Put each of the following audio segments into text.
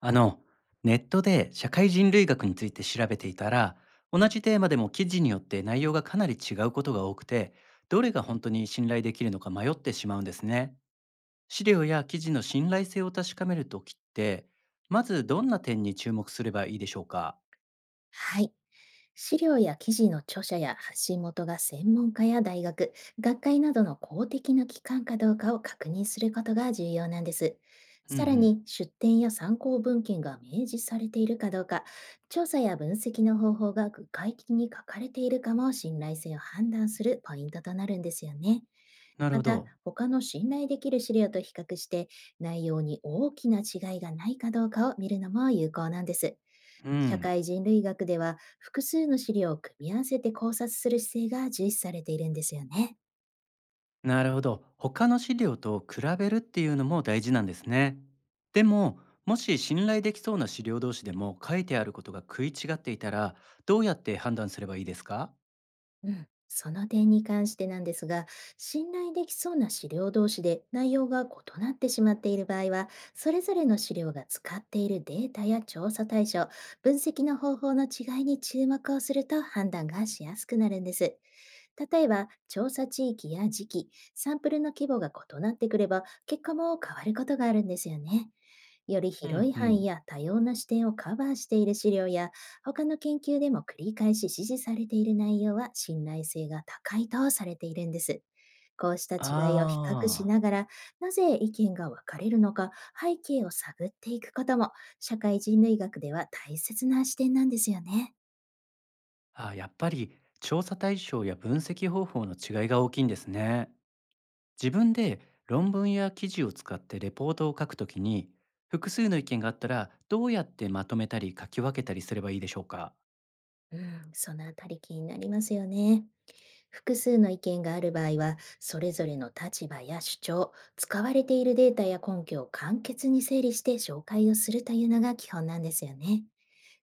あの、ネットで社会人類学について調べていたら、同じテーマでも記事によって内容がかなり違うことが多くて、どれが本当に信頼できるのか迷ってしまうんですね。資料や記事の信頼性を確かめるときって、まずどんな点に注目すればいいでしょうか？はい。資料や記事の著者や発信元が専門家や大学、学会などの公的な機関かどうかを確認することが重要なんです。うんうさらん。に、出典や参考文献が明示されているかどうか、調査や分析の方法が具体的に書かれているかも信頼性を判断するポイントとなるんですよね。なるまほた、ど。他の信頼できる資料と比較して、内容に大きな違いがないかどうかを見るのも有効なんです。う社ん。会人類学では複数の資料を組み合わせて考察する姿勢が重視されているんですよね。なるほど。他の資料と比べるっていうのも大事なんですね。でも、もし信頼できそうな資料同士でも書いてあることが食い違っていたら、どうやって判断すればいいですか？うん、その点に関してなんですが、信頼できそうな資料同士で内容が異なってしまっている場合は、それぞれの資料が使っているデータや調査対象、分析の方法の違いに注目をすると判断がしやすくなるんです。例えば、調査地域や時期、サンプルの規模が異なってくれば、結果も変わることがあるんですよね。よりうん広いう範ん。囲や多様な視点をカバーしている資料や、他の研究でも繰り返し支持されている内容は信頼性が高いとされているんです。こうしたあ違いを比較しー。ながら、なぜ意見が分かれるのか、背景を探っていくことも、社会人類学では大切な視点なんですよね。あ、やっぱり調査対象や分析方法の違いが大きいんですね。自分で論文や記事を使ってレポートを書くときに、複数の意見があったら、どうやってまとめたり書き分けたりすればいいでしょうか？うん、そのあたり気になりますよね。複数の意見がある場合は、それぞれの立場や主張、使われているデータや根拠を簡潔に整理して紹介をするというのが基本なんですよね。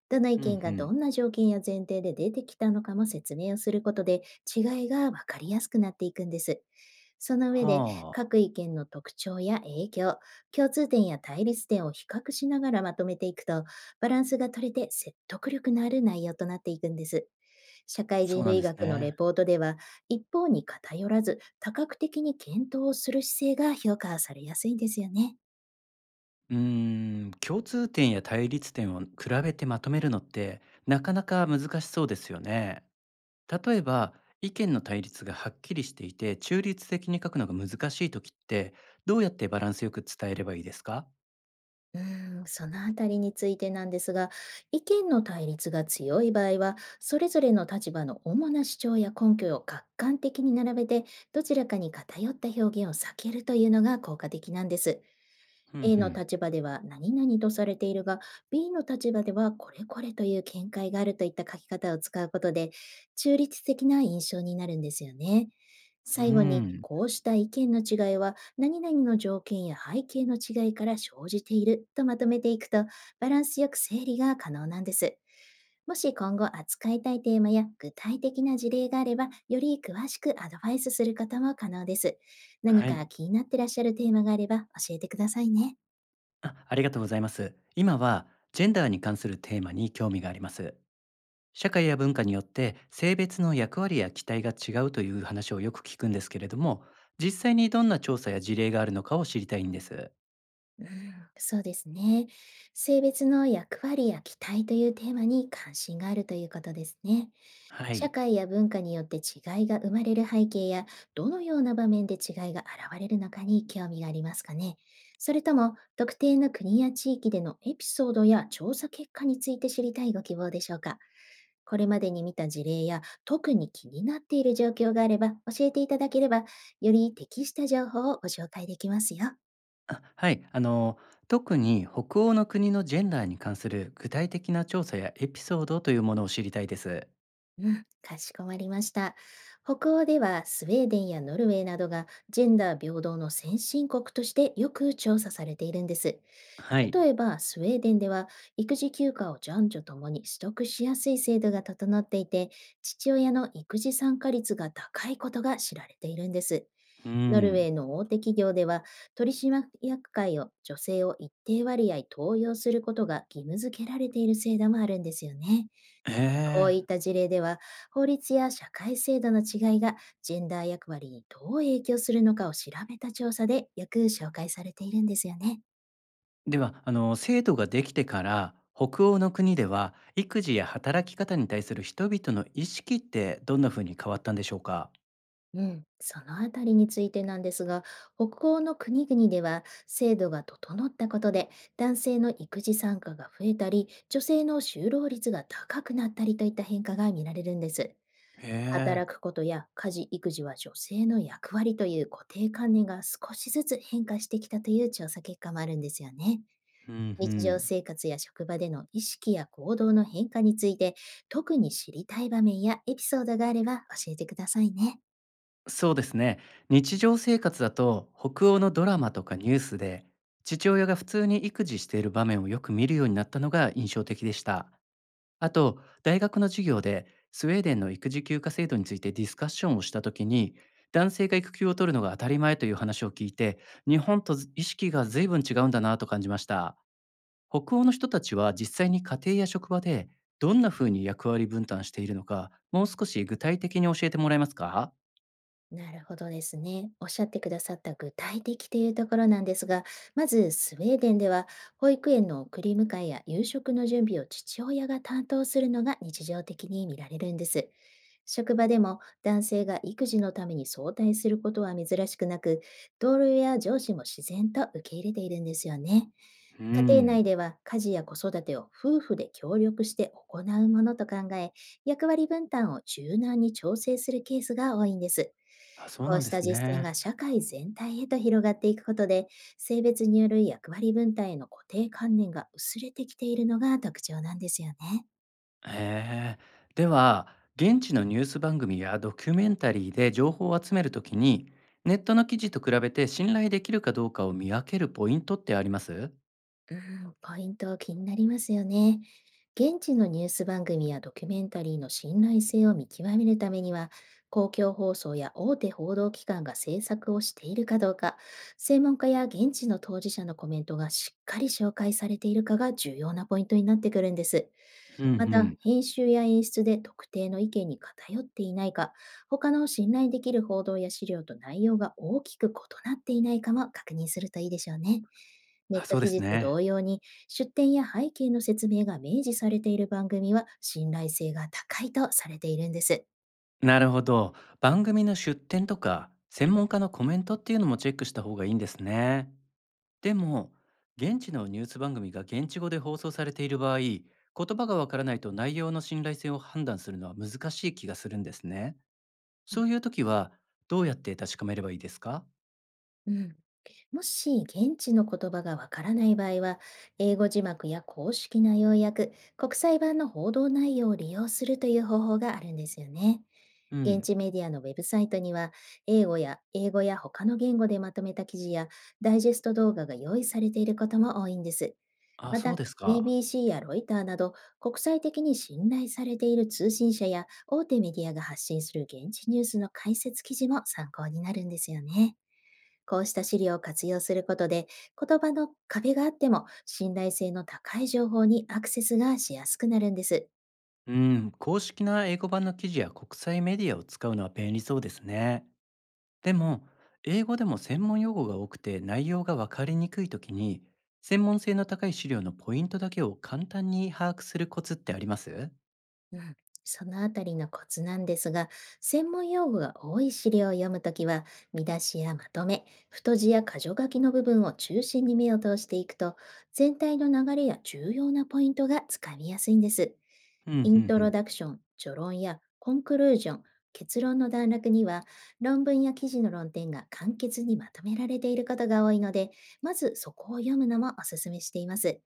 どのう意ん見うがん。どんな条件や前提で出てきたのかも説明をすることで、違いがわかりやすくなっていくんです。その上で、はあ、各意見の特徴や影響、共通点や対立点を比較しながらまとめていくと、バランスが取れて説得力のある内容となっていくんです。社会そ人うなん類です学のレね。ポートでは、一方に偏らず多角的に検討をする姿勢が評価されやすいんですよね。うーん、共通点や対立点を比べてまとめるのってなかなか難しそうですよね。例えば、意見の対立がはっきりしていて中立的に書くのが難しい時ってどうやってバランスよく伝えればいいですか？うーん、そのあたりについてなんですが、意見の対立が強い場合は、それぞれの立場の主な主張や根拠を客観的に並べて、どちらかに偏った表現を避けるというのが効果的なんです。ふん A ふのん。立場では何々とされているが、B の立場ではこれこれという見解があるといった書き方を使うことで、中立的な印象になるんですよね。う最後に、ん。こうした意見の違いは、何々の条件や背景の違いから生じているとまとめていくと、バランスよく整理が可能なんです。もし今後扱いたいテーマや具体的な事例があれば、より詳しくアドバイスすることも可能です。何はい。か気になってらっしゃるテーマがあれば教えてくださいね。あ、ありがとうございます。今はジェンダーに関するテーマに興味があります。社会や文化によって性別の役割や期待が違うという話をよく聞くんですけれども、実際にどんな調査や事例があるのかを知りたいんです。うん、そうですね。性別の役割や期待というテーマに関心があるということですね。は社い。会や文化によって違いが生まれる背景や、どのような場面で違いが現れるのかに興味がありますかね。それとも、特定の国や地域でのエピソードや調査結果について知りたいご希望でしょうか。これまでに見た事例や、特に気になっている状況があれば、教えていただければ、より適した情報をご紹介できますよ。あ、はい、特に北欧の国のジェンダーに関する具体的な調査やエピソードというものを知りたいです。 うん、かしこまりました。北欧ではスウェーデンやノルウェーなどがジェンダー平等の先進国としてよく調査されているんです。はい。例えばスウェーデンでは、育児休暇を男女ともに取得しやすい制度が整っていて、父親の育児参加率が高いことが知られているんです。うノルウん。ェーの大手企業では、取締役会を女性を一定割合登用することが義務付けられている制度もあるんですよね。へこうえいった事例では、法律や社会制度の違いがジェンダー役割にどう影響するのかを調べた調査でよく紹介されているんですよね。ー、では、あの制度ができてから北欧の国では育児や働き方に対する人々の意識ってどんな風に変わったんでしょうか？うん、そのあたりについてなんですが、北欧の国々では制度が整ったことで、男性の育児参加が増えたり、女性の就労率が高くなったりといった変化が見られるんです。へえ。働くことや家事・育児は女性の役割という固定観念が少しずつ変化してきたという調査結果もあるんですよね。うんう日常ん、生活や職場での意識や行動の変化について、特に知りたい場面やエピソードがあれば、教えてくださいね。そうですね。日常生活だと北欧のドラマとかニュースで父親が普通に育児している場面をよく見るようになったのが印象的でした。あと大学の授業でスウェーデンの育児休暇制度についてディスカッションをした時に、男性が育休を取るのが当たり前という話を聞いて、日本と意識が随分違うんだなと感じました。北欧の人たちは実際に家庭や職場でどんな風に役割分担しているのか、もう少し具体的に教えてもらえますか？なるほどですね。おっしゃってくださった具体的というところなんですが、まずスウェーデンでは、保育園の送り迎えや夕食の準備を父親が担当するのが日常的に見られるんです。職場でも男性が育児のために相対することは珍しくなく、同僚や上司も自然と受け入れているんですよね。うー家庭ん。内では、家事や子育てを夫婦で協力して行うものと考え、役割分担を柔軟に調整するケースが多いんです。あ、そうこなうんでしたす実践がね。社会全体へと広がっていくことで、性別による役割分担への固定観念が薄れてきているのが特徴なんですよね。へえ。では、現地のニュース番組やドキュメンタリーで情報を集めるときに、ネットの記事と比べて信頼できるかどうかを見分けるポイントってあります？うん、ポイント気になりますよね。現地のニュース番組やドキュメンタリーの信頼性を見極めるためには、公共放送や大手報道機関が制作をしているかどうか、専門家や現地の当事者のコメントがしっかり紹介されているかが重要なポイントになってくるんです。うんうまた、ん。編集や演出で特定の意見に偏っていないか、他の信頼できる報道や資料と内容が大きく異なっていないかも確認するといいでしょうね。ネッあ、トそうで記す事とね。同様に、出典や背景の説明が明示されている番組は信頼性が高いとされているんです。なるほど。番組の出典とか、専門家のコメントっていうのもチェックした方がいいんですね。でも、現地のニュース番組が現地語で放送されている場合、言葉がわからないと内容の信頼性を判断するのは難しい気がするんですね。そういう時は、どうやって確かめればいいですか？うん。もし現地の言葉がわからない場合は、英語字幕や公式な要約、国際版の報道内容を利用するという方法があるんですよね。う現ん。地メディアのウェブサイトには、英語や他の言語でまとめた記事やダイジェスト動画が用意されていることも多いんです。あ、まそうた、ですか。BBC やロイターなど、国際的に信頼されている通信社や大手メディアが発信する現地ニュースの解説記事も参考になるんですよね。こうした資料を活用することで、言葉の壁があっても信頼性の高い情報にアクセスがしやすくなるんです。うん、公式な英語版の記事や国際メディアを使うのは便利そうですね。でも、英語でも専門用語が多くて内容がわかりにくい時に、専門性の高い資料のポイントだけを簡単に把握するコツってあります？うん、そのあたりのコツなんですが、専門用語が多い資料を読むときは、見出しやまとめ、太字や箇条書きの部分を中心に目を通していくと、全体の流れや重要なポイントがつかみやすいんです。うん、うん、うイントロん。ダクション、序論やコンクルージョン、結論の段落には、論文や記事の論点が簡潔にまとめられていることが多いので、まずそこを読むのもおすすめしています。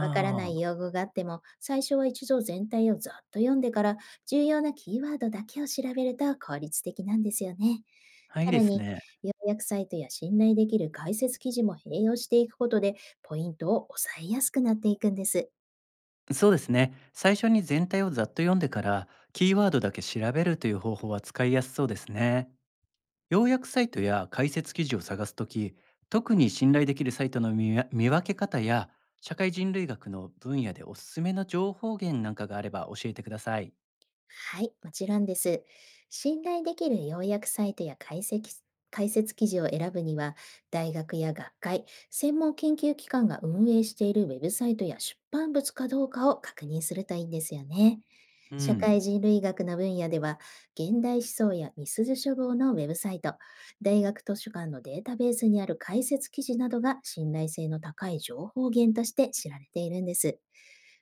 わからないあ、用語があっても、最初は一度全体をざっと読んでから、重要なキーワードだけを調べると効率的なんですよね。はいいさでらすに、ね。要約サイトや信頼できる解説記事も併用していくことで、ポイントを抑えやすくなっていくんです。そうですね。最初に全体をざっと読んでから、キーワードだけ調べるという方法は使いやすそうですね。要約サイトや解説記事を探すとき、特に信頼できるサイトの見分け方や、社会人類学の分野でおすすめの情報源なんかがあれば教えてください。はい、もちろんです。信頼できる要約サイトや解説記事を選ぶには、大学や学会、専門研究機関が運営しているウェブサイトや出版物かどうかを確認するといいんですよね。う社ん、会人類学の分野では、現代思想やみすゞ書房のウェブサイト、大学図書館のデータベースにある解説記事などが信頼性の高い情報源として知られているんです。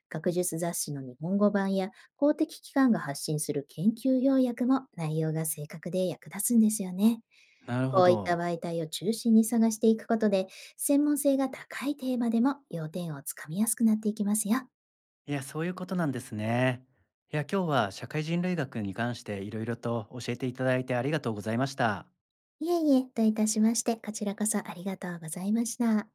学術雑誌の日本語版や公的機関が発信する研究要約も内容が正確で役立つんですよね。なるほこういったど。媒体を中心に探していくことで、専門性が高いテーマでも要点をつかみやすくなっていきますよ。いや、そういうことなんですね。いや、今日は社会人類学に関していろいろと教えていただいてありがとうございました。いえいえ、どういたしまして、こちらこそありがとうございました。